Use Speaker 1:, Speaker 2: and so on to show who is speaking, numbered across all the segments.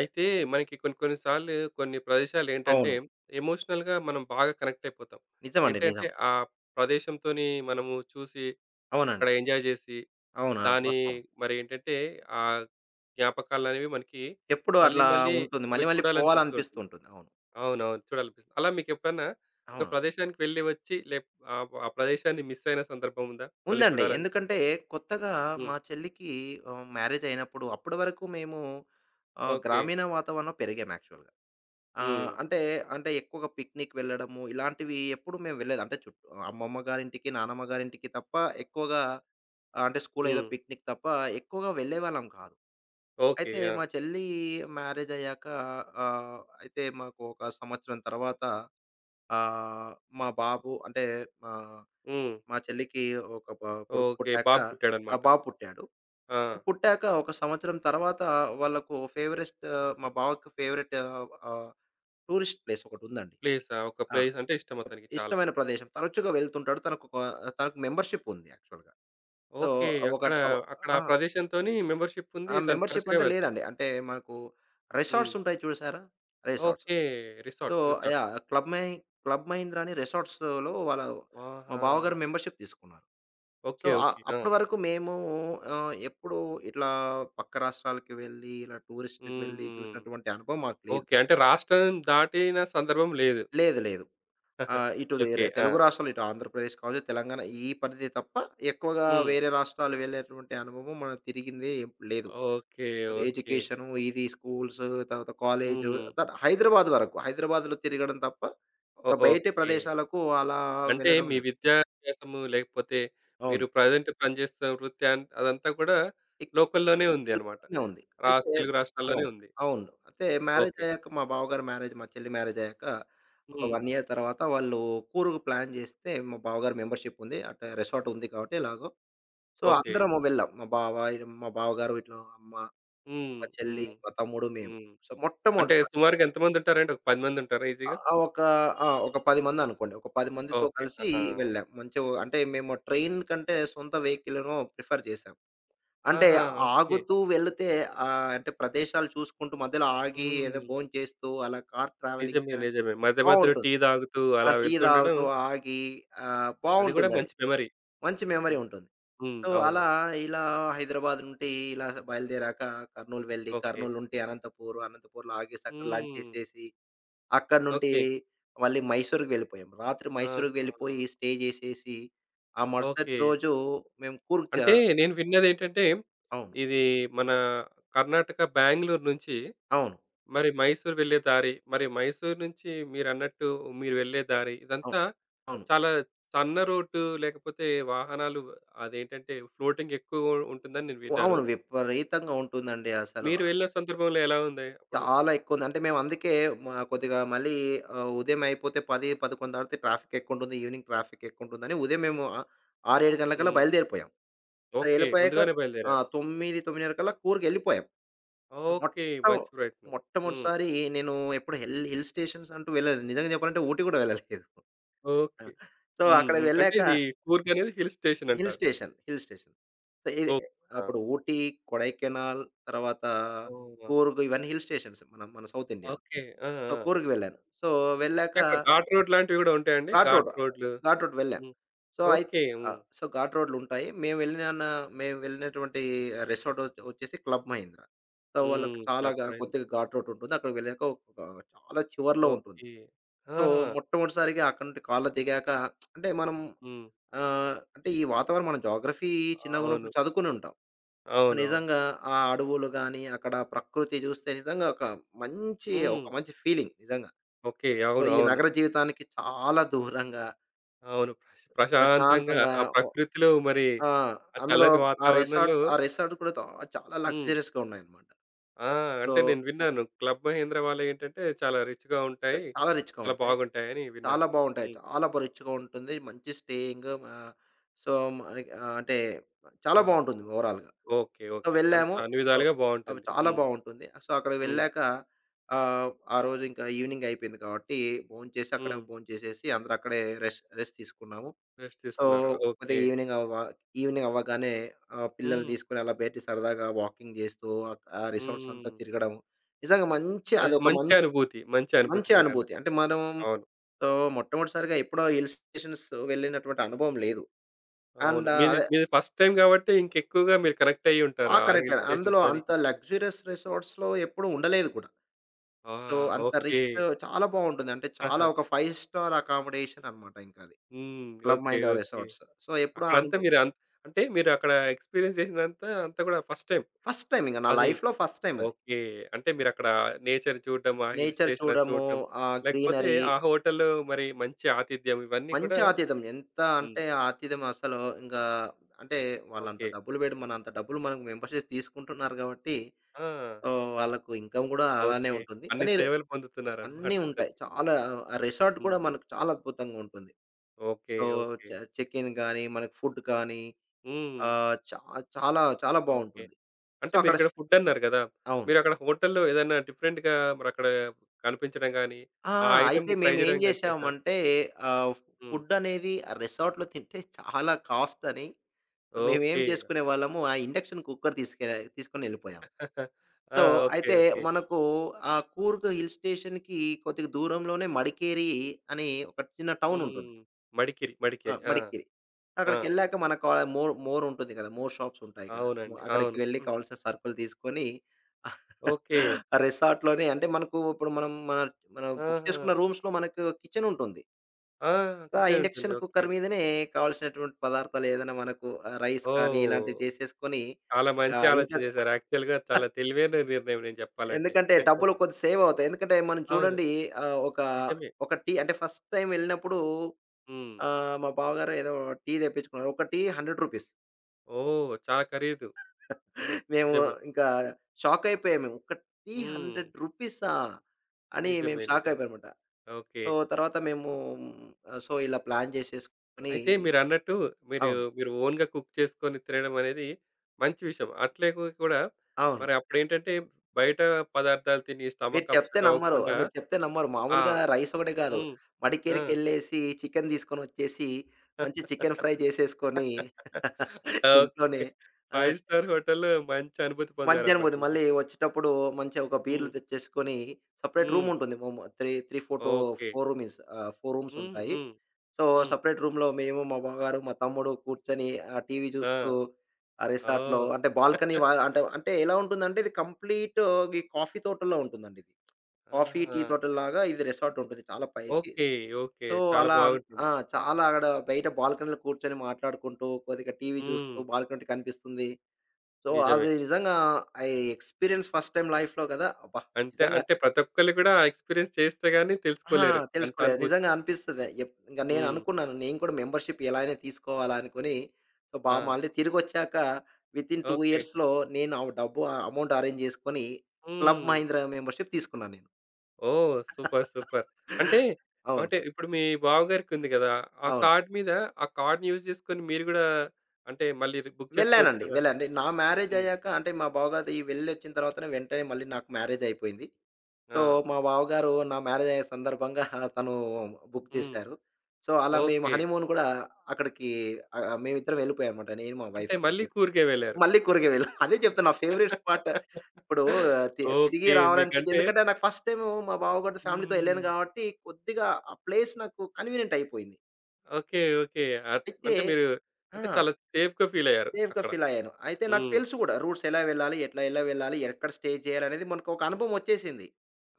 Speaker 1: అయితే మనకి కొన్ని కొన్ని సార్లు కొన్ని ప్రదేశాలు ఏంటంటే
Speaker 2: అవును.
Speaker 1: ఎమోషనల్‌గా మనం బాగా కనెక్ట్ అయిపోతాం.
Speaker 2: నిజమండి. నిజం.
Speaker 1: ఏంటంటే ఆ ప్రదేశంతోని మనము చూసి అక్కడ
Speaker 2: అవునండి.
Speaker 1: ఎంజాయ్ చేసి
Speaker 2: అవును.
Speaker 1: దాని
Speaker 2: వాస్తవం.
Speaker 1: మరి ఏంటంటే ఆ జ్ఞాపకాలనేవి మనకి
Speaker 2: ఎప్పుడు
Speaker 1: మళ్ళీ
Speaker 2: అట్లా
Speaker 1: మళ్ళీ
Speaker 2: ఉంటుంది.
Speaker 1: అవి
Speaker 2: మళ్ళీ మళ్ళీ
Speaker 1: చూడాలనిపిస్తూ
Speaker 2: పోవాలనిపిస్తూ
Speaker 1: ఉంటుంది.
Speaker 2: ఉంటుంది. అవును.
Speaker 1: అవునవును. చూడాలనిపిస్తుంది. అలా మీకెప్పుడన్నా ఒక
Speaker 2: అవును.
Speaker 1: ప్రదేశానికి వెళ్లి వచ్చి ఆ ప్రదేశాన్ని మిస్ అయిన సందర్భం ఉందా? మళ్ళీ
Speaker 2: ఉందండి.
Speaker 1: చూడాలని?
Speaker 2: ఎందుకంటే కొత్తగా మా
Speaker 1: హ్మ్.
Speaker 2: చెల్లికి మ్యారేజ్ అయినప్పుడు అప్పటి వరకు మేము
Speaker 1: ఓకే.
Speaker 2: గ్రామీణ వాతావరణంలో పెరిగాం యాక్చువల్‌గా. ఆహ్,
Speaker 1: హ్మ్.
Speaker 2: అంటే అంటే ఎక్కువగా పిక్నిక్ వెళ్ళడము ఇలాంటివి ఎప్పుడు మేము వెళ్ళలేదు. అంటే చుట్టూ అమ్మమ్మ గారింటికి, నానమ్మ గారింటికి తప్ప ఎక్కువగా అంటే స్కూల్ ఏదో
Speaker 1: హ్మ్.
Speaker 2: పిక్నిక్ తప్ప ఎక్కువగా వెళ్ళేవాళ్ళం కాదు.
Speaker 1: ఓకే.
Speaker 2: అయితే
Speaker 1: ఆ!
Speaker 2: మా చెల్లి మ్యారేజయ్యాక అయితే మాకు ఒక సంవత్సరం తర్వాత ఆహ్, మా బాబు అంటే మా
Speaker 1: హ్మ్.
Speaker 2: మా చెల్లికి ఒక బ కొడుకు
Speaker 1: ఓకే.
Speaker 2: పుట్టాక
Speaker 1: బాబు
Speaker 2: ఆ!
Speaker 1: పుట్టాడన్నమాట.
Speaker 2: బాబు పుట్టాడు.
Speaker 1: ఆ!
Speaker 2: పుట్టాక ఒక సంవత్సరం తర్వాత వాళ్ళకు ఫేవరెస్ట్ మా బావకి ఫేవరెట్ ఆహ్, ఆహ్, టూరిస్ట్ ప్లేస్ ఒకటుందండి.
Speaker 1: ప్లేసా? ఒక
Speaker 2: ఆ!
Speaker 1: ప్లేస్ అంటే ఇష్టం అతనికి చాలా.
Speaker 2: ఇష్టమైన ప్రదేశం. తరచుగా వెళ్తుంటాడు. తనకొక తనకు మెంబర్‌షిప్ ఉంది యాక్చువల్‌గా. So,
Speaker 1: okay. అక్కడ
Speaker 2: ఒకట్ ఓ
Speaker 1: అక్కడ
Speaker 2: ఆ!
Speaker 1: ఆ ప్రదేశంతోని మెంబర్‌షిప్
Speaker 2: ఆ!
Speaker 1: ఉంది. తను
Speaker 2: మెంబర్‌షిప్
Speaker 1: తరచుగా
Speaker 2: అంటే
Speaker 1: వెళ్తాడు.
Speaker 2: లేదండి. అంటే మనకు
Speaker 1: హ్మ్.
Speaker 2: రిసార్ట్స్ ఉంటాయి చూసారా? Resorts.
Speaker 1: Okay.
Speaker 2: So,
Speaker 1: resort. Resort.
Speaker 2: Yeah! Club my club మహీంద్రాని రిసార్ట్స్‌లో వాళ్ళ మా
Speaker 1: ఆహా!
Speaker 2: బావగారు మెంబర్‌షిప్ తీసుకున్నారు. So,
Speaker 1: okay. ఓకే. ఆ!
Speaker 2: అప్పటి వరకు మేము ఎప్పుడు ఇట్లా పక్క రాష్ట్రాలకి వెళ్ళి, ఇలా టూరిస్ట్‌కి వెళ్ళి
Speaker 1: హుహు.
Speaker 2: చూసినటువంటి అనుభవం మాకు లేదు.
Speaker 1: ఓకే. అంటే రాష్ట్రం దాటిన సందర్భం లేదు.
Speaker 2: లేదు. లేదు. ఇటు
Speaker 1: ఓకే.
Speaker 2: వేరే
Speaker 1: ఆ!
Speaker 2: తెలుగు రాష్ట్రాలు, ఇటు ఆంధ్రప్రదేశ్ కావచ్చు, తెలంగాణ ఈ పరిధి తప్ప ఎక్కువగా
Speaker 1: హ్మ్.
Speaker 2: వేరే రాష్ట్రాలు వెళ్ళేటువంటి అనుభవం మనం తిరిగింది ఏం లేదు.
Speaker 1: ఓకే. ఓకే.
Speaker 2: ఎడ్యుకేషను, ఇది స్కూల్స్, తర్వాత కాలేజు,
Speaker 1: హ్మ్.
Speaker 2: హైదరాబాద్ వరకు. హైదరాబాద్‌లో తిరగడం తప్ప ఇక
Speaker 1: ఓహ్!
Speaker 2: బయటి
Speaker 1: ఓకే.
Speaker 2: ప్రదేశాలకు అలా
Speaker 1: అంటే
Speaker 2: వెళ్ళడం
Speaker 1: మీ
Speaker 2: లేదు.
Speaker 1: విద్యాభ్యాసము లేకపోతే
Speaker 2: అవును.
Speaker 1: మీరు ప్రజెంట్ పనిచేస్తున్న వృత్తి అదంతా కూడా
Speaker 2: ఇక్
Speaker 1: లోకల్‌లోనే ఉంది అన్నమాట.
Speaker 2: లోనే ఉంది. అయితే
Speaker 1: తెలుగు రాష్ట్రాల్లోనే
Speaker 2: అవును.
Speaker 1: ఉంది.
Speaker 2: అవును. అయితే
Speaker 1: ఓకే.
Speaker 2: మ్యారేజయ్యాక మా బావగారి మ్యారేజ్, మా చెల్లి మ్యారేజయ్యాక ఒక
Speaker 1: హ్మ్.
Speaker 2: 1 ఇయర్ తర్వాత వాళ్ళు కూర్గ్ ప్లాన్ జేస్తే మా బావగారు మెంబర్‌షిప్ ఉంది. అటు రిసార్ట్ ఉంది కాబట్టి ఎలాగో. So,
Speaker 1: okay.
Speaker 2: అందరము వెళ్ళాం. మా బావ, మా బావగారు ఇట్లా అమ్మ,
Speaker 1: హ్మ్.
Speaker 2: మా చెల్లి,
Speaker 1: హ్మ్.
Speaker 2: మా తమ్ముడు, మేము.
Speaker 1: హ్మ్.
Speaker 2: సో,
Speaker 1: అంటే
Speaker 2: మొట్టమొదటిసారి
Speaker 1: సుమారుగా ఎంతమంది ఉంటారండి? ఒక 10 మంది ఉంటారా ఈజీగా?
Speaker 2: ఆ! ఒక ఆ! ఒక 10 మందనుకోండి. ఒక 10 మందితో
Speaker 1: ఓకే.
Speaker 2: కలిసి
Speaker 1: ఆహా!
Speaker 2: వెళ్ళాం. మంచిగా అంటే మేము ట్రైన్ కంటే సొంత వెహికల్‌ను ప్రిఫర్ చేసాం. అంటే
Speaker 1: ఆహా! ఓకే.
Speaker 2: ఆగుతూ వెళితే అంటే ప్రదేశాలు చూసుకుంటూ మధ్యలో ఆగి ఏదో
Speaker 1: హ్మ్.
Speaker 2: భోంచేస్తూ అలా కార్ ట్రావెలింగ్
Speaker 1: నిజమే.
Speaker 2: చేయాలంటే
Speaker 1: నిజమే. మధ్య మధ్యలో
Speaker 2: బావుంటుంది.
Speaker 1: టీ తాగుతూ
Speaker 2: ఆ!
Speaker 1: అలా
Speaker 2: టీ
Speaker 1: వెళ్తుండడం
Speaker 2: తాగుతూ ఆగి
Speaker 1: అది కూడా
Speaker 2: బావుంటుందది.
Speaker 1: మంచి మెమరీ.
Speaker 2: మంచి మెమరీ
Speaker 1: హ్మ్.
Speaker 2: ఉంటుంది.
Speaker 1: హ్మ్.
Speaker 2: సో, అలా
Speaker 1: అవునవును.
Speaker 2: ఇలా హైదరాబాద్ నుండి ఇలా బయలుదేరాక కర్నూలు వెళ్ళి,
Speaker 1: ఓకే.
Speaker 2: కర్నూలు నుండి అనంతపూర్, అనంతపూర్‌లో ఆగేసి అక్కడ లంచ్
Speaker 1: హ్మ్.
Speaker 2: చేసేసి, అక్కడి నుండి
Speaker 1: ఓకే.
Speaker 2: మళ్ళీ మైసూర్‌కి వెళ్ళిపోయాం. రాత్రి మైసూర్‌కి
Speaker 1: ఆహా!
Speaker 2: వెళ్ళిపోయి స్టే చేసేసి, ఆ మరుసటి
Speaker 1: ఓకే.
Speaker 2: రోజు మేము కూర్గ్ చ
Speaker 1: అంటే నేను విన్నదేంటంటే
Speaker 2: అవును.
Speaker 1: ఇది మన కర్ణాటక బెంగుళూరు నుంచి
Speaker 2: అవును.
Speaker 1: మరి మైసూర్ వెళ్ళే దారి, మరి మైసూర్ నుంచి మీరన్నట్టు మీరు వెళ్ళే దారి
Speaker 2: అవును.
Speaker 1: ఇదంతా
Speaker 2: అవును.
Speaker 1: చాలా సన్న రోడ్డు లేకపోతే వాహనాలు అదేంటంటే ఫ్లోటింగ్ ఎక్కువగా ఉంటుందని నేను విన్నాను.
Speaker 2: అవును. విపరీతంగా ఉంటుందండి అసలు.
Speaker 1: మీరు వెళ్ళిన సందర్భంలో ఎలా ఉంది అప్పుడు?
Speaker 2: చాలా ఎక్కువుంది. అంటే మేము అందుకే మా కొద్దిగా మళ్ళీ ఉదయం అయిపోతే 10, 11 దాటితే ట్రాఫిక్ ఎక్కువుంటుంది. ఈవినింగ్ ట్రాఫిక్ ఎక్కువుంటుందని ఉదయం మేము 6, 7 గంటలకల్లా
Speaker 1: హ్మ్.
Speaker 2: బయలుదేరిపోయాం.
Speaker 1: ఓకే.
Speaker 2: ఎళ్ళిపోయాక
Speaker 1: ముందుగానే
Speaker 2: ఆ!
Speaker 1: బయలుదేరారు.
Speaker 2: 9, 9:30 కల్లా కూర్గెళ్ళిపోయాం. మొట్ట
Speaker 1: ఓకే. మంచి ప్రయత్నం. హ్మ్.
Speaker 2: మొట్టమొదటిసారి నేను ఎప్పుడు హిల్ హిల్ స్టేషన్స్ అంటూ వెళ్ళలేదు. నిజంగా చెప్పాలంటే ఊటీ కూడా వెళ్ళలేదు. ఆ,
Speaker 1: ఓకే.
Speaker 2: సో,
Speaker 1: హ్మ్.
Speaker 2: అక్కడికి
Speaker 1: హ్మ్. అంటే
Speaker 2: వెళ్ళాక
Speaker 1: ఇది కూర్గ్ అనేది హిల్ స్టేషన్
Speaker 2: హిల్
Speaker 1: అంటారు.
Speaker 2: స్టేషన్. Hill station. సో, ఇది
Speaker 1: ఓకే. ఆ!
Speaker 2: అప్పుడు ఊటీ, కొడైకెనాల్ తర్వాత
Speaker 1: ఓహ్!
Speaker 2: కూర్గ్ ఇవన్నీ హిల్ స్టేషన్స్ మన మన సౌత్ ఇండియాలో.
Speaker 1: ఓకే. ఆ!
Speaker 2: సో,
Speaker 1: ఆ!
Speaker 2: కూర్గ్ వెళ్ళాను. సో, వెళ్ళాక
Speaker 1: అంటే అక్కడ ఘాట్ రోడ్ లాంటివి గూడా ఉంటాయండి?
Speaker 2: ఘాట్ రోడ్,
Speaker 1: ఘాట్ రోడ్‌లు.
Speaker 2: ఘాట్ రోడ్ వెళ్ళాం.
Speaker 1: హ్మ్.
Speaker 2: So,
Speaker 1: okay. హ్మ్.
Speaker 2: సో, ఘాట్ రోడ్‌లుంటాయి. మేము వెళ్ళినటువంటి రిసార్ట్ వచ్చేసి క్లబ్ మహీంద్ర. సో, వాళ్ళకి
Speaker 1: హ్మ్.
Speaker 2: చాలా
Speaker 1: క్లబ్
Speaker 2: గా
Speaker 1: అయింది.
Speaker 2: కొద్దిగా ఘాట్ రోడ్ ఉంటుంది. అక్కడికి వెళ్ళాక ఒక చాలా చివర్లో ఉంటుంది.
Speaker 1: ఓకే.
Speaker 2: సో,
Speaker 1: ఆహా!
Speaker 2: మొట్టమొదటిసారిగా అక్కడి నుండి కార్‌లో దిగాక అంటే మనం
Speaker 1: హ్మ్.
Speaker 2: అంటే ఈ వాతావరణం మనం జోగ్రఫీ చిన్నగున్నప్పుడు
Speaker 1: అవును.
Speaker 2: చదువుకుని ఉంటాం.
Speaker 1: అవునవును.
Speaker 2: నిజంగా ఆ అడవులు గాని, అక్కడ ప్రకృతి చూస్తే నిజంగా ఒక మంచి, ఒక
Speaker 1: హ్మ్.
Speaker 2: మంచి ఫీలింగ్ నిజంగా.
Speaker 1: ఓకే.
Speaker 2: సో,
Speaker 1: అవును.
Speaker 2: ఈ
Speaker 1: అవును.
Speaker 2: నగర జీవితానికి చాలా దూరంగా,
Speaker 1: అవును. ప్రశాంతంగా
Speaker 2: ప్రశాంతంగా
Speaker 1: ఆ
Speaker 2: ఓ
Speaker 1: ప్రకృతిలో మరి
Speaker 2: ఆ!
Speaker 1: ఆ
Speaker 2: అందులో
Speaker 1: చల్లని వాతావరణంలో
Speaker 2: ఆ రిసార్ట్స్ కూడా చాలా
Speaker 1: హ్మ్.
Speaker 2: లగ్జూరియస్‌గా ఉన్నాయన్నమాట.
Speaker 1: ఆ! అంటే
Speaker 2: సో,
Speaker 1: నేను విన్నాను. క్లబ్ మహేంద్ర వాళ్ళయేంటంటే చాలా రిచ్‌గా ఉంటాయి.
Speaker 2: చాలా రిచ్‌గా
Speaker 1: చాలా
Speaker 2: ఉంటాయి.
Speaker 1: బాగుంటాయని
Speaker 2: చాలా
Speaker 1: విన్నాను.
Speaker 2: బావుంటాయి.
Speaker 1: హ్మ్.
Speaker 2: చాలా బా రిచ్‌గా ఉంటుంది. మంచి స్టేయింగ్ సో, మనకి అంటే చాలా
Speaker 1: ఆ!
Speaker 2: బావుంటుంది ఓవరాల్‌గా.
Speaker 1: ఓకే.
Speaker 2: So,
Speaker 1: okay. అంత
Speaker 2: వెళ్ళాము.
Speaker 1: అన్ని
Speaker 2: సో,
Speaker 1: విధాలుగా
Speaker 2: అవి
Speaker 1: బావుంటుంది.
Speaker 2: చాలా
Speaker 1: హ్మ్.
Speaker 2: బావుంటుంది. సో, అక్కడికి
Speaker 1: హ్మ్.
Speaker 2: వెళ్ళాక ఆహ్, ఆ రోజు ఇంకా ఈవినింగ్ అయిపోయింది కాబట్టి భోంచేసి, అక్కడే
Speaker 1: హ్మ్.
Speaker 2: భోంచేసేసి చేసేసి అందరూ అక్కడే రెస్ట్ రెస్ట్ తీసుకున్నాము.
Speaker 1: రెస్ట్
Speaker 2: సో,
Speaker 1: తీసుకున్నారు.
Speaker 2: కొద్దిగా
Speaker 1: ఓకే.
Speaker 2: ఈవినింగ్ అవ్వ ఈవినింగ్ అవ్వగానే పిల్లల్ని
Speaker 1: హ్మ్.
Speaker 2: తీసుకొని అలా బయటికి సరదాగా వాకింగ్ చేస్తూ ఆ రిసార్ట్స్ అంతా
Speaker 1: హ్మ్.
Speaker 2: తిరగడం. నిజంగా మంచి
Speaker 1: అది
Speaker 2: అదొక
Speaker 1: మంచి
Speaker 2: మంచి
Speaker 1: అనుభూతి. మంచి అనుభూతి
Speaker 2: మంచి అనుభూతి.
Speaker 1: మీరన్నది.
Speaker 2: అంటే మనం
Speaker 1: అవును.
Speaker 2: మొట్టమొదటిసారిగా ఎప్పుడో హిల్ స్టేషన్స్ వెళ్ళినటువంటి అనుభవం లేదు.
Speaker 1: అవును.
Speaker 2: అండ్
Speaker 1: మీది
Speaker 2: అదే
Speaker 1: మీది ఫస్ట్ టైమ్ గాబట్టి ఇంకెక్కువగా మీరు కనెక్ట్ అయ్యుంటారు.
Speaker 2: బాగా
Speaker 1: ఆ హిల్
Speaker 2: కనెక్టెడ్. అందులో
Speaker 1: స్టేషన్‌తోని.
Speaker 2: అంత లగ్జూరియస్ రిసార్ట్స్‌లో ఎప్పుడు ఉండలేదు కూడా.
Speaker 1: ఆ!
Speaker 2: సో, అంత
Speaker 1: ఓకే.
Speaker 2: రిచ్ చాలా బావుంటుంది. అంటే చాలా ఒక 5 స్టార్ అకామోడేషన్ అనమాట ఇంకది.
Speaker 1: హ్మ్.
Speaker 2: Club
Speaker 1: okay.
Speaker 2: Mahindra
Speaker 1: okay.
Speaker 2: Resorts. So, ఎప్పుడూ అనుభ
Speaker 1: అక్కడంతా మీరు అంటే మీరక్కడ ఎక్స్‌పీరియన్స్ చేసిందంతా అంతా గూడా ఫస్ట్ టైమ్.
Speaker 2: ఫస్ట్ టైమ్ ఇంక నా
Speaker 1: అది.
Speaker 2: లైఫ్‌లో ఫస్ట్ టైమ్ అది.
Speaker 1: ఓకే. అంటే మీరక్కడ నేచర్ చూడడం, ఆ హిల్
Speaker 2: నేచర్
Speaker 1: స్టేషన్ అది
Speaker 2: చూడడము,
Speaker 1: చూడడం,
Speaker 2: ఆ
Speaker 1: లేకపోతే
Speaker 2: గ్రీనరీ,
Speaker 1: ఆ హోటల్‌లో మరి మంచి ఆతిథ్యం ఇవన్నీ
Speaker 2: మంచి
Speaker 1: కూడా
Speaker 2: ఆతిథ్యం. ఎంత
Speaker 1: హ్మ్.
Speaker 2: అంటే ఆ ఆతిథ్యం అసలు ఇంకా అంటే వాళ్ళంత
Speaker 1: ఓకే.
Speaker 2: డబ్బులు పెట్టి మనంత డబ్బులు మనకు మెంబర్‌షిప్ తీసుకుంటున్నారు కాబట్టి,
Speaker 1: ఆ!
Speaker 2: సో, వాళ్ళకు ఇన్‌కమ్ గూడా అలానే
Speaker 1: ఓకే.
Speaker 2: ఉంటుంది.
Speaker 1: అన్ని
Speaker 2: కానీ ర్
Speaker 1: సేవలు
Speaker 2: అన్నీ
Speaker 1: పొందుతున్నారనమాట.
Speaker 2: ఉంటాయి. చాలా ఆ రిసార్ట్ కూడా
Speaker 1: హ్మ్.
Speaker 2: మనకు చాలా అద్భుతంగా ఉంటుంది.
Speaker 1: Okay.
Speaker 2: So,
Speaker 1: okay.
Speaker 2: Check in గాని, మనకు ఫుడ్ కానీ
Speaker 1: హ్మ్.
Speaker 2: ఆహ్, చా చాలా చాలా
Speaker 1: ఓకే.
Speaker 2: బావుంటుంది. సో,
Speaker 1: అంటే
Speaker 2: అక్కడ స్
Speaker 1: మీరిక్కడ ఫుడ్డన్నారు గదా!
Speaker 2: అవును.
Speaker 1: మీరక్కడ హోటల్‌లో ఏదైనా డిఫరెంట్‌గా మరక్కడ కనిపించడం గాని,
Speaker 2: ఆ!
Speaker 1: ఆ
Speaker 2: అయితే
Speaker 1: ఐటెమ్‌ని ట్రై
Speaker 2: మేమేం
Speaker 1: జేయడం గాని చేసాం
Speaker 2: జేశామంటే ఆహ్,
Speaker 1: హ్మ్.
Speaker 2: ఫుడ్డనేది ఆ రిసార్ట్‌లో తింటే చాలా కాస్ట్ అని సో, మేమేం
Speaker 1: ఓకే.
Speaker 2: జేసుకునేవాళ్ళము ఆ ఇండక్షన్ కుక్కర్ తీసుకొనెళ్ళిపోయాం.
Speaker 1: ఆ!
Speaker 2: So,
Speaker 1: okay.
Speaker 2: అయితే
Speaker 1: ఓకే.
Speaker 2: మనకు ఆ కూర్గ్ హిల్ స్టేషన్‌కి కొద్దిగా దూరంలోనే మడికేరి అని ఒక చిన్న టౌనుంటుంది.
Speaker 1: హ్మ్. మడికేరి.
Speaker 2: ఆ!
Speaker 1: మడికేరి. ఆ!
Speaker 2: మడిక్కిరి.
Speaker 1: ఆ!
Speaker 2: అక్కడికెళ్ళాక మన కా మోర్ మోర్ ఉంటుంది కదా! మోర్ షాప్స్ ఉంటాయి కదా!
Speaker 1: అవునండి.
Speaker 2: అక్కడికి
Speaker 1: అవును.
Speaker 2: వెళ్లి
Speaker 1: హ్మ్.
Speaker 2: కావాల్సిన సరుకులు తీసుకొని
Speaker 1: ఓకే.
Speaker 2: ఆ రిసార్ట్‌లోనే అంటే మనకు ఇప్పుడు మనం బుక్
Speaker 1: ఆహా!
Speaker 2: చేసుకున్న రూమ్స్‌లో మనకు కిచెన్ ఉంటుంది.
Speaker 1: ఆ!
Speaker 2: ఆ
Speaker 1: కిచెన్ ఉంటుంది.
Speaker 2: Induction
Speaker 1: okay.
Speaker 2: కుక్కర్ మీదనే కావాల్సినటువంటి పదార్థాలు ఏదైనా మనకు రైస్ కానీ
Speaker 1: ఓహ్!
Speaker 2: ఇలాంటివి చేసేసుకొని
Speaker 1: చాలా మంచి
Speaker 2: ఇంట్లో
Speaker 1: ఆలోచన జేశారు. యాక్చువల్‌గా చాలా తెలివైన నిర్ణయం నేను జెప్పాలంటే.
Speaker 2: ఎందుకంటే డబ్బులు కొద్ది సేవ్ అవుతాయి. ఎందుకంటే మనం
Speaker 1: అవును.
Speaker 2: చూడండి ఆహ్, ఒక
Speaker 1: నిజమే.
Speaker 2: ఒక టీ అంటే ఫస్ట్ టైమ్ వెళ్ళినప్పుడు
Speaker 1: హ్మ్.
Speaker 2: మా బావగారు ఏదో టీ తెప్పించుకున్నారు. ఒక టీ రూ. 100
Speaker 1: ఓహ్! చాలా ఖరీదు.
Speaker 2: మేము
Speaker 1: నిజమే.
Speaker 2: ఇంకా షాకయిపోయాము మేము. "ఒకటి రూ.
Speaker 1: హ్మ్.
Speaker 2: 100 రూపీసా?" అని మేము
Speaker 1: నిజమే. నిజమే.
Speaker 2: షాకయిపోయామన్నమాట.
Speaker 1: ఓకే.
Speaker 2: సో, తర్వాత మేము సో, ఇలా ప్లాన్ చేసేసుకొని
Speaker 1: అయితే మీరన్నట్టు మీరు,
Speaker 2: అవును.
Speaker 1: మీరు ఓన్‌గా కుక్ చేసుకొని తినడం అనేది మంచి విషయం. అట్లే కు కూడా
Speaker 2: అవును.
Speaker 1: మరి అప్పుడేంటంటే బయట పదార్థాలు తిని
Speaker 2: మీరు
Speaker 1: స్టమక్
Speaker 2: చెప్తే
Speaker 1: అప్‌సెట్
Speaker 2: నమ్మరు.
Speaker 1: అవ్వకుండా
Speaker 2: మీరు చెప్తే నమ్మరు.
Speaker 1: ఆ!
Speaker 2: మామూలుగా రైస్ ఒకటే కాదు.
Speaker 1: హ్మ్. ఆ!
Speaker 2: మడికేరికెళ్ళేసి చికెన్ తీసుకొనొచ్చేసి మంచి చికెన్ ఫ్రై చేసేసుకొని ఇంట్లోనే
Speaker 1: ఓకే.
Speaker 2: ఆ!
Speaker 1: 5 స్టార్ హోటల్‌లో మంచి అనుభూతి
Speaker 2: మంచి
Speaker 1: పొందారన్నమాట
Speaker 2: అనుభూతి.
Speaker 1: మీరు.
Speaker 2: మళ్ళీ వచ్చేటప్పుడు మంచిగా ఒక బీర్లు
Speaker 1: హ్మ్.
Speaker 2: తెచ్చేసుకొని సెపరేట్ రూమ్
Speaker 1: హ్మ్.
Speaker 2: ఉంటుంది. మేము 3, 3, 4 టూ
Speaker 1: ఓకే.
Speaker 2: 4 4 రూమ్స్
Speaker 1: హ్మ్.
Speaker 2: ఉంటాయి.
Speaker 1: హ్మ్.
Speaker 2: సో,
Speaker 1: హ్మ్.
Speaker 2: సెపరేట్ రూమ్‌లో మేము, మా బావగారు, మా తమ్ముడు కూర్చొని టీవీ చూస్తూ
Speaker 1: ఆ!
Speaker 2: ఆ రిసార్ట్‌లో
Speaker 1: ఓహ్!
Speaker 2: అంటే బాల్కనీ వా అంటే అంటే ఎలా ఉంటుందంటే ఇది కంప్లీట్ ఈ కాఫీ తోటల్లో ఉంటుందండి ఇది. కాఫీ,
Speaker 1: ఆహా!
Speaker 2: టీ తోటల్లాగా ఇది రిసార్ట్ ఉంటుంది చాలా పైకి.
Speaker 1: ఓకే. ఓకే.
Speaker 2: సో,
Speaker 1: చాలా
Speaker 2: ఆ!
Speaker 1: బాగుంటుంది.
Speaker 2: చాలా అక్కడ బయట బాల్కనీలో కూర్చొని మాట్లాడుకుంటూ, కొద్దిగా టీవీ చూస్తూ
Speaker 1: హ్మ్.
Speaker 2: బాల్కనీ కనిపిస్తుంది. సో,
Speaker 1: నిజమే.
Speaker 2: అది నిజంగా ఐ ఎక్స్‌పీరియన్స్ ఫస్ట్ టైమ్ లైఫ్‌లో కదా! అబ్బా!
Speaker 1: అంటే
Speaker 2: నిజంగా
Speaker 1: అంటే ప్రతి ఒక్కళ్ళు కూడా ఎక్స్‌పీరియన్స్ చేస్తే గాని
Speaker 2: ఆ!
Speaker 1: తెలుసుకోలేరు. అంత
Speaker 2: తెలుసుకోలేదు.
Speaker 1: అనుభూతి.
Speaker 2: నిజంగా అనిపిస్తది. ఇంక నేను
Speaker 1: హ్మ్.
Speaker 2: అనుకున్నాను. నేను కూడా మెంబర్‌షిప్ ఎలా అయినా తీసుకోవాలా అనుకుని, సో,
Speaker 1: ఆ!
Speaker 2: మళ్ళీ తిరిగొచ్చాక వితిన్ 2
Speaker 1: ఓకే.
Speaker 2: ఇయర్స్‌లో నేను ఆ డబ్బు అమౌంట్ అరేంజ్ చేసుకొని, క్లబ్
Speaker 1: హ్మ్.
Speaker 2: మహీంద్రా మెంబర్‌షిప్ తీసుకున్నాను నేను.
Speaker 1: ఓహ్! సూపర్. సూపర్. అంటే,
Speaker 2: అవును.
Speaker 1: అంటే ఇప్పుడు మీ బావగారికుంది గదా! ఆ
Speaker 2: అవును.
Speaker 1: కార్డ్ మీద ఆ కార్డ్‌ని యూజ్ చేసుకొని మీరు గూడా అంటే మళ్ళీ బుక్ చేసుకోవచ్చు
Speaker 2: వెళ్ళానండి.
Speaker 1: కదా!
Speaker 2: వెళ్ళండి. నా
Speaker 1: హ్మ్.
Speaker 2: మ్యారేజయ్యాక అంటే మా బావగారిది వెళ్ళొచ్చిన తర్వాతనే వెంటనే మళ్ళీ నాకు మ్యారేజయిపోయింది. సో,
Speaker 1: ఆ!
Speaker 2: మా బావగారు నా మ్యారేజయ్యే సందర్భంగా తను బుక్
Speaker 1: హ్మ్.
Speaker 2: చేశారు. సో, అలా మేము
Speaker 1: ఓకే.
Speaker 2: హనీమూన్ గూడా అక్కడికి మేమిద్దరం వెళ్ళిపోయామన్నమాట. నేను మా వైఫ్
Speaker 1: అంటే మళ్ళీ
Speaker 2: అక్కడికెళ్ళి.
Speaker 1: కూర్గే వెళ్లారు.
Speaker 2: మళ్ళీ కూర్గ్‌కి వెళ్ళాం. అదే చెప్తున్నా నా ఫేవరెట్ స్పాట్. ఇప్పుడు ఆ, తి తిరిగి
Speaker 1: ఓకే.
Speaker 2: రావాలనిపించింది.
Speaker 1: మీకంటే
Speaker 2: ఎందుకంటే నాకు ఫస్ట్ టైము మా బావగారితో ఫ్యామిలీతో
Speaker 1: హ్మ్.
Speaker 2: ఎళ్ళాను గాబట్టి కొద్దిగా ఆ ప్లేస్ నాకు కన్వీనియంట్ అయిపోయింది.
Speaker 1: ఓకే. ఓకే.
Speaker 2: అయితే
Speaker 1: అంటే మీరు
Speaker 2: ఆ!
Speaker 1: అంటే చాలా సేఫ్‌గా ఫీలయ్యారు
Speaker 2: సేఫ్‌గా
Speaker 1: అక్కడ.
Speaker 2: ఫీల్ అయ్యాను. అయితే నాకు
Speaker 1: హ్మ్.
Speaker 2: తెలుసు గూడా రూట్స్ ఎలా వెళ్ళాలి? ఎలా వెళ్ళాలి? ఎక్కడ స్టే చేయాలనేది మనకొక అనుభవం ఒచ్చేసింది.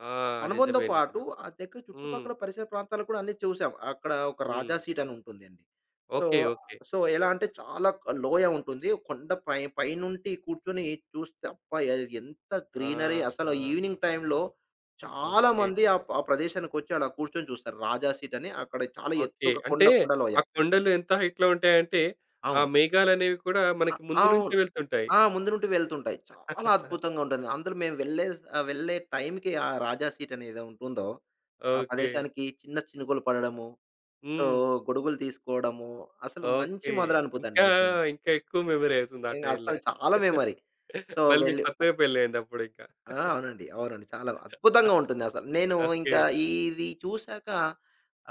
Speaker 1: ఆ!
Speaker 2: అనుభవంతో
Speaker 1: నిజమే.
Speaker 2: పాటు
Speaker 1: నిజమే.
Speaker 2: ఆ దగ్గర
Speaker 1: హ్మ్.
Speaker 2: చుట్టుపక్కల పరిసర ప్రాంతాలు కూడా అన్నీ చూసాం. అక్కడ ఒక రాజా
Speaker 1: హ్మ్.
Speaker 2: సీట్ అని ఉంటుందండి. So,
Speaker 1: okay. ఓకే.
Speaker 2: సో ఎలా అంటే చాలా లోయ ఉంటుంది. కొండ పైనుంటి కూర్చొని చూస్తే అబ్బా! అది ఎంత గ్రీనరీ అసలు
Speaker 1: ఆహా!
Speaker 2: ఈవినింగ్ టైమ్‌లో చాలా
Speaker 1: ఓకే.
Speaker 2: మంది ఆ ఆ ప్రదేశానికొచ్చి అలా కూర్చొని చూస్తారు. రాజా సీట్ అని అక్కడ చాలా ఎత్తు
Speaker 1: ఓకే.
Speaker 2: ఒక
Speaker 1: అంటే
Speaker 2: కొండ కొండ లోయ.
Speaker 1: ఆ కొండలు ఎంత హైట్‌లో ఉంటాయంటే, ఆ
Speaker 2: అవును.
Speaker 1: మేఘాలనేవి కూడా
Speaker 2: అ
Speaker 1: మనకి ముందు నుంచే
Speaker 2: అవును.
Speaker 1: వెళ్తుంటాయి.
Speaker 2: ఆ! ముందు నుండి వెళ్తుంటాయి. చాలా అద్భుతంగా ఉంటుంది. అందులో మేము వెళ్ళే వెళ్ళే టైంకి ఆ రాజా సీట్ అనేదో ఉంటుందో, ఆ
Speaker 1: ఓకే.
Speaker 2: ప్రదేశానికి చిన్న చినుకులు పడడము, సో,
Speaker 1: హ్మ్.
Speaker 2: గొడుగులు తీసుకోవడము, అసలు మంచి
Speaker 1: ఓకే.
Speaker 2: మధురానుభూతి అండి
Speaker 1: ఇంకా,
Speaker 2: నిజంగా.
Speaker 1: ఇంకా ఎక్కువ మెమరీ అవుతుంది ఆ
Speaker 2: ఇంగ
Speaker 1: టైంలో.
Speaker 2: అస్సలు చాలా మెమరీ. సో,
Speaker 1: మళ్ళీ మీకు
Speaker 2: వెళ్ళి
Speaker 1: కొత్తగా పెళ్లయింది అప్పుడింకా.
Speaker 2: ఆ! అవునండి. అవునండి. చాలా అద్భుతంగా ఉంటుంది అసలు. నేను
Speaker 1: ఓకే.
Speaker 2: ఇంకా ఇది చూసాక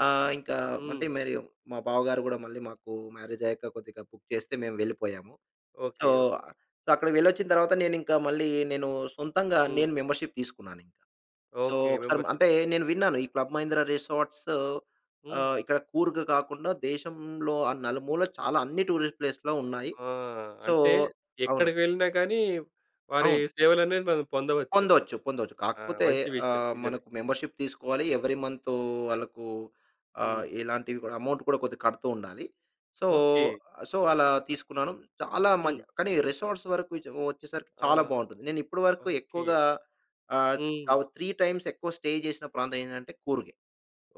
Speaker 2: ఇంకా అంటే
Speaker 1: హ్మ్.
Speaker 2: మరి మా బావగారు గూడా మళ్ళీ మాకు మ్యారేజ్ అయ్యాక కొద్దిగా బుక్ చేస్తే మేము వెళ్ళిపోయాము. So,
Speaker 1: okay. ఓకే.
Speaker 2: సో, అక్కడికి వెళ్ళొచ్చిన తర్వాత నేనింకా మళ్ళీ నేను సొంతంగా
Speaker 1: హ్మ్.
Speaker 2: నేను మెంబర్‌షిప్ తీసుకున్నానింకా. So,
Speaker 1: okay.
Speaker 2: ఒకసారి
Speaker 1: మెంబర్‌షిప్
Speaker 2: అంటే నేను
Speaker 1: తీసుకున్నారు.
Speaker 2: విన్నాను ఈ క్లబ్ మహీంద్ర రిసార్ట్స్
Speaker 1: హ్మ్.
Speaker 2: ఇక్కడ కూర్గ్ కాకుండా దేశంలో ఆ నలుమూల చాలా అన్ని టూరిస్ట్ ప్లేస్‌లో ఉన్నాయి.
Speaker 1: ఆ!
Speaker 2: సో
Speaker 1: అంటే
Speaker 2: అవును.
Speaker 1: ఎక్కడికి వెళ్ళినా గానీ వారి
Speaker 2: అవును.
Speaker 1: సేవలనేది మనం పొందవచ్చు.
Speaker 2: పొందొచ్చు. పొందొచ్చు.
Speaker 1: ఆ!
Speaker 2: కాకపోతే
Speaker 1: మంచి విషయం. నిజమే.
Speaker 2: మనకు మెంబర్‌షిప్ తీసుకోవాలి. ఎవరీ మంతు వాళ్ళకు
Speaker 1: హ్మ్.
Speaker 2: ఇలాంటివి కూడా అమౌంట్ కూడా కొద్దిగా కడుతూ ఉండాలి. So,
Speaker 1: okay.
Speaker 2: సో, అలా తీసుకున్నాను. చాలా మం
Speaker 1: హ్మ్.
Speaker 2: కానీ రిసార్ట్స్ వరకు వచ్చేసరికి
Speaker 1: ఆ!
Speaker 2: చాలా బావుంటుంది. నేను ఇప్పటి వరకు
Speaker 1: ఓకే.
Speaker 2: ఎక్కువగా ఆహ్,
Speaker 1: హ్మ్.
Speaker 2: అవ్ 3 టైమ్స్ ఎక్కువ స్టే చేసిన ప్రాంతం ఏంటంటే కూర్గే.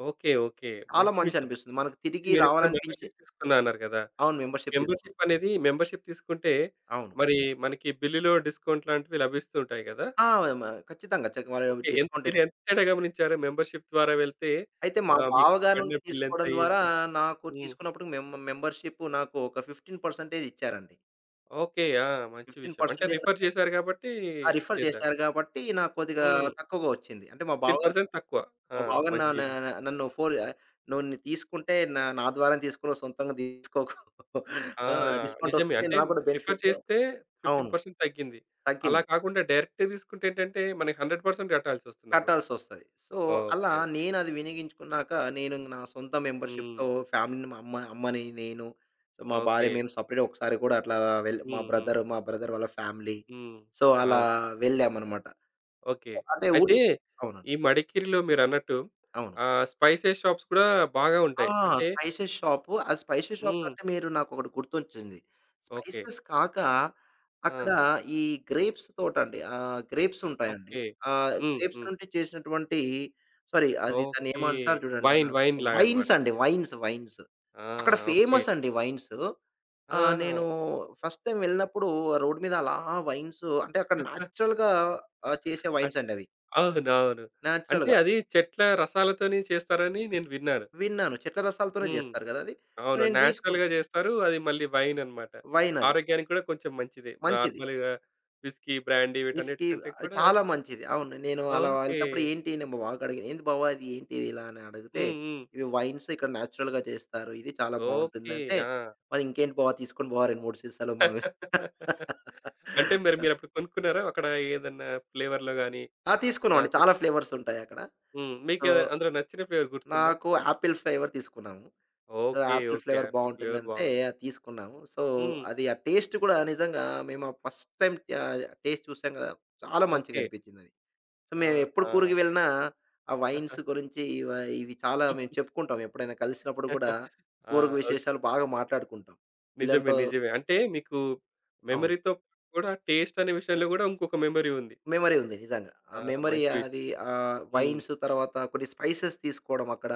Speaker 1: ఓకే. ఓకే.
Speaker 2: చాలా
Speaker 1: మంచి విషయం.
Speaker 2: మంచనిపిస్తుంది. మనకు తిరిగి
Speaker 1: మీరిప్పుడు
Speaker 2: రావాలనిపించే
Speaker 1: మెంబర్‌షిప్ తీసుకున్నా అన్నారు గదా!
Speaker 2: అవును. మెంబర్‌షిప్ తీసుకున్నాం.
Speaker 1: మెంబర్‌షిప్ అనేది మెంబర్‌షిప్ తీసుకుంటే
Speaker 2: అవును.
Speaker 1: మరి మనకి బిల్లులో డిస్కౌంట్ లాంటివి లభిస్తూ ఉంటాయి గదా!
Speaker 2: ఆ! మ ఖచ్చితంగా. వాళ్ళు
Speaker 1: ఓకే. ఎంత
Speaker 2: డిస్కౌంట్
Speaker 1: మీరు ఎంత తేడా గమనించారు మెంబర్‌షిప్ ద్వారా వెళ్తే
Speaker 2: అయితే మా
Speaker 1: ఆహ్, మీకు
Speaker 2: బావగారి
Speaker 1: పడిన
Speaker 2: నుండి
Speaker 1: బిల్ ఎంత
Speaker 2: తీసుకోవడం ద్వారా
Speaker 1: అయ్యుంటుంది?
Speaker 2: నాకు
Speaker 1: హ్మ్.
Speaker 2: తీసుకున్నప్పుడు మెం మెంబర్‌షిప్ నాకు ఒక 15% ఇచ్చారండి.
Speaker 1: ఓకే. ఆ! మంచి విషయం. అంటే
Speaker 2: 15%
Speaker 1: రిఫర్ చేసారు కాబట్టి
Speaker 2: ఆ! రిఫర్
Speaker 1: చేసారు.
Speaker 2: చేశారు కాబట్టి నాకు కొద్దిగా
Speaker 1: హ్మ్.
Speaker 2: తక్కువగా వచ్చింది. అంటే మా బావగారు
Speaker 1: 15% తక్కువ. ఆ!
Speaker 2: మా బావగారు నా
Speaker 1: మంచి
Speaker 2: నా
Speaker 1: విషయం.
Speaker 2: నన్ను ఫోర్ ఆహ్, "నువ్వు తీసుకుంటే నా నా ద్వారానే తీసుకో సొంతంగా తీసుకోకు.
Speaker 1: ఆ!
Speaker 2: ఆ! డిస్కౌంట్
Speaker 1: నిజమే.
Speaker 2: వస్తుంది.
Speaker 1: అంటే
Speaker 2: నాకు కూడా
Speaker 1: రిఫర్
Speaker 2: బెనిఫిట్"
Speaker 1: చేస్తే
Speaker 2: అవును.
Speaker 1: 15% తగ్గింది. అలా
Speaker 2: తగ్గింది.
Speaker 1: కాకుండా డైరెక్ట్‌గా తీసుకుంటే ఏంటంటే మనకి 100% కట్టాల్సొస్తుందప్పుడు.
Speaker 2: కట్టాల్సొస్తది. సో, అలా
Speaker 1: ఓకే. ఓకే.
Speaker 2: నేనది వినియోగించుకున్నాక, నేను నా సొంత
Speaker 1: హ్మ్.
Speaker 2: మెంబర్‌షిప్‌తో ఫ్యామిలీని మా అమ్మ అమ్మని, నేను, సో, మా భార్య
Speaker 1: ఓకే.
Speaker 2: మేము సెపరేట్ ఒకసారి కూడా అట్లా
Speaker 1: హ్మ్. హ్మ్.
Speaker 2: మా బ్రదర్ వాళ్ళ ఫ్యామిలీ.
Speaker 1: హ్మ్.
Speaker 2: సో, అలా
Speaker 1: అవును.
Speaker 2: వెళ్ళామనమాట.
Speaker 1: ఓకే.
Speaker 2: అంటే ఊటీ
Speaker 1: అయితే
Speaker 2: అవునండి.
Speaker 1: ఈ మడికేరిలో మీరన్నట్టు
Speaker 2: అవును.
Speaker 1: ఆహ్, స్పైసెస్ షాప్స్ కూడా బాగా
Speaker 2: ఆ!
Speaker 1: ఉంటాయి. అంటే
Speaker 2: స్పైసెస్ షాపు. ఆ స్పైసెస్ షాప్
Speaker 1: హ్మ్.
Speaker 2: అంటే మీరు నాకొకటి గుర్తొచ్చింది.
Speaker 1: ఓకే.
Speaker 2: స్పైసెస్ కాక అక్కడ
Speaker 1: ఆ!
Speaker 2: ఈ గ్రేప్స్ తోటండి. గ్రేప్స్ ఉంటాయండి.
Speaker 1: ఓకే.
Speaker 2: ఆ
Speaker 1: హ్మ్.
Speaker 2: గ్రేప్స్
Speaker 1: హ్మ్.
Speaker 2: నుండి చేసినటువంటి సారీ అది దాన్ని
Speaker 1: ఓకే.
Speaker 2: ఏమంటారు చూడండి
Speaker 1: వైన్,
Speaker 2: నాకు
Speaker 1: వైన్
Speaker 2: వైన్స్
Speaker 1: లాగనమాట.
Speaker 2: అండి. వైన్స్.
Speaker 1: ఆ!
Speaker 2: అక్కడ
Speaker 1: ఓకే.
Speaker 2: ఫేమస్ అండి వైన్స్. ఆ!
Speaker 1: ఆహా!
Speaker 2: నేను ఫస్ట్ టైమ్ వెళ్ళినప్పుడు రోడ్ మీద అలా వైన్స్ అంటే అక్కడ నేచురల్‌గా చేసే వైన్స్
Speaker 1: అట్
Speaker 2: అండి అవి.
Speaker 1: అవునవును. అంటే
Speaker 2: నేచురల్‌గా
Speaker 1: అది చెట్ల రసాలతోని చేస్తారని నేను విన్నాను.
Speaker 2: విన్నాను. చెట్ల రసాలతోనే
Speaker 1: హ్మ్.
Speaker 2: చేస్తారు కదా! అది.
Speaker 1: అవును.
Speaker 2: నేను తీసుకున్నా
Speaker 1: నేచురల్‌గా చేస్తారు. అది మళ్ళీ వైన్ అన్నమాట.
Speaker 2: వైన్ అది.
Speaker 1: ఆరోగ్యానికి కూడా కొంచెం మంచిదే.
Speaker 2: మంచిది.
Speaker 1: నార్మల్‌గా విస్కీ, బ్రాండీ
Speaker 2: విస్కీ
Speaker 1: వీటన్నిటికంటే కూడా
Speaker 2: చాలా మంచిది. అవును. నేను అలా
Speaker 1: ఓకే.
Speaker 2: వెళ్తేప్పుడు ఏంటి నేను మా బావకి అడిగాను. ఏంది బావ ఇది ఏంటి ఇది ఇలా అని అడిగితే,
Speaker 1: హ్మ్. హ్మ్.
Speaker 2: ఇవి వైన్స్ ఇక్కడ నేచురల్‌గా చేస్తారు. ఇది చాలా
Speaker 1: ఓకే.
Speaker 2: బావుంటుందంటే,
Speaker 1: ఆ!
Speaker 2: మరి ఇంకేంటి బావ తీసుకోండి బావ 2, 3 సీసాలు మనం
Speaker 1: అంటే మరి మీరప్పుడు కొనుక్కున్నారా? అక్కడ ఏదన్నా ఫ్లేవర్‌లో గాని
Speaker 2: ఆ!
Speaker 1: అలా
Speaker 2: తీసుకున్నామండి. చాలా
Speaker 1: తీసుకున్నా
Speaker 2: ఫ్లేవర్స్ ఉంటాయక్కడ.
Speaker 1: హ్మ్.
Speaker 2: సో,
Speaker 1: మీకేద అందులో నచ్చిన ఫ్లేవర్ గుర్తుందా?
Speaker 2: నాకు యాపిల్ ఫ్లేవర్ తీసుకున్నాము. So,
Speaker 1: okay.
Speaker 2: Apple
Speaker 1: okay.
Speaker 2: Flavour
Speaker 1: apple flavour
Speaker 2: బావుంటుందంటే
Speaker 1: బాగుంది.
Speaker 2: అది తీసుకున్నాము. సో,
Speaker 1: హ్మ్.
Speaker 2: అది ఆ టేస్ట్ కూడా నిజంగా మేము ఆ ఫస్ట్ టైమ్ టేస్ట్ చూసాం కదా! చాలా
Speaker 1: ఓకే.
Speaker 2: మంచిగనిపించిందది. సో, మేమెప్పుడు
Speaker 1: ఆహా!
Speaker 2: కూర్గ్‌కి వెళ్ళినా ఆ
Speaker 1: ఆ!
Speaker 2: వైన్స్ గురించి ఇవ ఇవి చాలా మేము చెప్పుకుంటాం. ఎప్పుడైనా కలిసినప్పుడు కూడా కూర్గ్
Speaker 1: ఓక్
Speaker 2: విశేషాలు బాగా మాట్లాడుకుంటాం.
Speaker 1: నిజమే.
Speaker 2: పిల్లలతో
Speaker 1: నిజమే. అంటే మీకు
Speaker 2: అవును.
Speaker 1: మెమరీ‌తో కూడా టేస్ట్ అనే విషయంలో గూడా ఇంకొక మెమరీ ఉంది.
Speaker 2: మెమరీ ఉంది నిజంగా. ఆ
Speaker 1: ఆ!
Speaker 2: మెమరీ
Speaker 1: మంచి విషయం.
Speaker 2: అది
Speaker 1: హ్మ్.
Speaker 2: వైన్స్ తర్వాత కొన్ని స్పైసెస్ తీసుకోవడం అక్కడ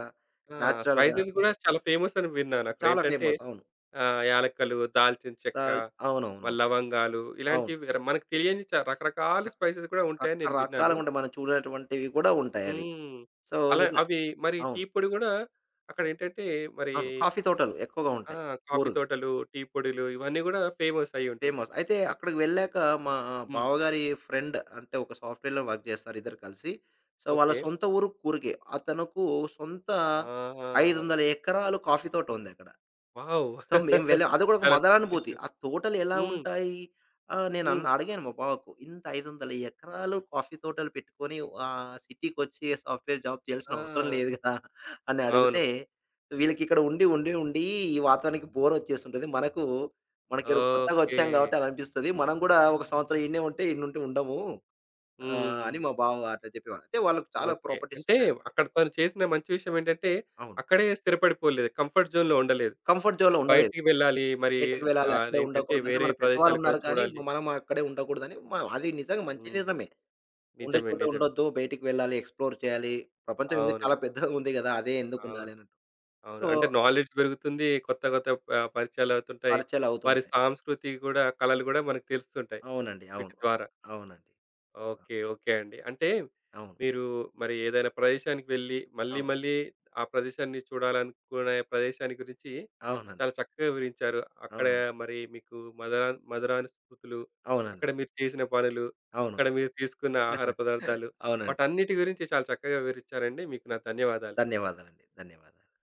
Speaker 1: ఆ!
Speaker 2: నేచురల్‌గా
Speaker 1: స్పైసెస్ గూడా చాలా ఫేమస్ అని విన్నాను.
Speaker 2: చాలా
Speaker 1: అక్కడేంటంటే
Speaker 2: ఫేమస్. అవును.
Speaker 1: ఆహ్, యాలక్కలు, దాల్చిన చెక్క,
Speaker 2: దాల్ అవునవును.
Speaker 1: మరి లవంగాలు
Speaker 2: అవును.
Speaker 1: ఇలాంటివి మనకు తెలియని రకరకాల స్పైసెస్ గూడా
Speaker 2: రక్
Speaker 1: ఉంటాయని నేను విన్నాను.
Speaker 2: రకరకాలుగుంటాయి. మనం చూడనటువంటివి కూడా ఉంటాయవి.
Speaker 1: హ్మ్.
Speaker 2: సో,
Speaker 1: అలా
Speaker 2: నిజం
Speaker 1: అవి మరి టీ
Speaker 2: అవును.
Speaker 1: పొడి గూడా అక్కడేంటంటే మరి
Speaker 2: అవును. కాఫీ తోటలు ఎక్కువగా
Speaker 1: ఆ!
Speaker 2: ఉంటాయి.
Speaker 1: కాఫీ
Speaker 2: కూర్గ్.
Speaker 1: తోటలు, టీ పొడులు ఇవన్నీ గూడా ఫేమస్ అయ్యి ఉంటుంది.
Speaker 2: ఫేమస్. అయితే అక్కడికి వెళ్ళాక మా
Speaker 1: హ్మ్.
Speaker 2: బావగారి ఫ్రెండ్ అంటే ఒక సాఫ్ట్‌వేర్‌లో వర్క్ చేస్తారు ఇద్దరు కలిసి. సో, వాళ్ళ
Speaker 1: ఓకే.
Speaker 2: సొంత ఊరు కూరగే. అతనుకు సొంత
Speaker 1: ఆహా!
Speaker 2: 500 ఎకరాలు కాఫీ తోట ఉందక్కడ.
Speaker 1: వావ్!
Speaker 2: సో, మేము వెళ్ళాం. అది కూడా ఒక
Speaker 1: కరెక్ట్.
Speaker 2: మదరానుభూతి. ఆ తోటలు ఎలా
Speaker 1: హ్మ్.
Speaker 2: ఉంటాయి? నేను
Speaker 1: హ్మ్.
Speaker 2: అడిగాను మా బావకు. ఇంత 500 ఎకరాలు కాఫీ తోటలు పెట్టుకొని సిటీకొచ్చి సాఫ్ట్‌వేర్ జాబ్ చేయాల్సిన అవసరం
Speaker 1: ఆ!
Speaker 2: లేదు కదా! అని
Speaker 1: అవును.
Speaker 2: అడిగితే, ఉండి ఈ వాతావరణానికి బోర్ వచ్చేసుంటది. మనకు మనకిక్కడ కొత్తగా
Speaker 1: ఓకే.
Speaker 2: వచ్చాం కాబట్టి అలా అనిపిస్తది. మనం కూడా ఒక సంవత్సరం ఈడనే ఉంటే, ఈడనుంటే ఉండము.
Speaker 1: హ్మ్.
Speaker 2: అని మా బావ అట్లా చెప్పేవారు. అయితే వాళ్ళకి చాలా
Speaker 1: ఓకే.
Speaker 2: ప్రాపర్టీస్
Speaker 1: అంటే
Speaker 2: ఉన్నాయన్నమాట.
Speaker 1: అక్కడ తను చేసిన మంచి విషయం ఏంటంటే,
Speaker 2: అవును.
Speaker 1: అక్కడే స్థిరపడిపోలేదు. కంఫర్ట్ జోన్‌లో ఉండలేదు.
Speaker 2: కంఫర్ట్ జోన్‌లో ఉండలేదు.
Speaker 1: బయటికి వెళ్ళాలి మరి
Speaker 2: బయటికి వెళ్ళాలి.
Speaker 1: ఆహ్,
Speaker 2: అక్కడే
Speaker 1: అదేంటంటే
Speaker 2: ఉండకూడదు. అంటే
Speaker 1: వేరే
Speaker 2: మన
Speaker 1: ప్రదేశాలు కూడా
Speaker 2: పెద్దవాళ్ళున్నారు కానీ,
Speaker 1: చూడాలి.
Speaker 2: మనం అక్కడే ఉండకూడదని అది నిజంగా మంచి
Speaker 1: హ్మ్.
Speaker 2: నిర్ణయమే. ఉండే
Speaker 1: నిజమే.
Speaker 2: చోట
Speaker 1: నిజమే.
Speaker 2: ఉండొద్దు. బయటికి వెళ్ళాలి. ఎక్స్‌ప్లోర్ చేయాలి. ప్రపంచం ఇంకా
Speaker 1: అవును.
Speaker 2: చాలా పెద్దగా ఉంది గదా! అదే
Speaker 1: అవును.
Speaker 2: ఎందుకుండాలి అన్నట్టు.
Speaker 1: అవును.
Speaker 2: సో,
Speaker 1: అంటే నాలెడ్జ్ పెరుగుతుంది. కొత్త కొత్త పరిచయాలవుతుంటాయి. వారి
Speaker 2: పరిచయాలవుతుంటాయి.
Speaker 1: సాంస్కృతి గూడా, కళలు గూడా మనకు తెలుస్తుంటాయి
Speaker 2: అవునండి.
Speaker 1: వీటి
Speaker 2: అవును.
Speaker 1: ద్వారా.
Speaker 2: అవునండి. అ!
Speaker 1: ఓకే. ఓకే అండి. అంటే
Speaker 2: అవును.
Speaker 1: మీరు మరి ఏదైనా ప్రదేశానికి వెళ్లి, మళ్ళీ
Speaker 2: అవు
Speaker 1: మళ్ళీ ఆ ప్రదేశాన్ని చూడాలనుకునే ప్రదేశాన్ని గురించి
Speaker 2: అవునండి.
Speaker 1: చాలా చక్కగా వివరించారు. అక్కడ
Speaker 2: అవునండి.
Speaker 1: మరి మీకు మధురా మధురానుభూతులు,
Speaker 2: అవునండి.
Speaker 1: అక్కడ మీరు చేసిన పనులు,
Speaker 2: అవును.
Speaker 1: అక్కడ మీరు తీసుకున్న ఆహార పదార్థాలు
Speaker 2: అవునండి.
Speaker 1: వాటన్నిటి గురించి చాలా చక్కగా వివరించారండి. మీకు నా ధన్యవాదాలు.
Speaker 2: ధన్యవాదాలండి. ధన్యవాదాలు.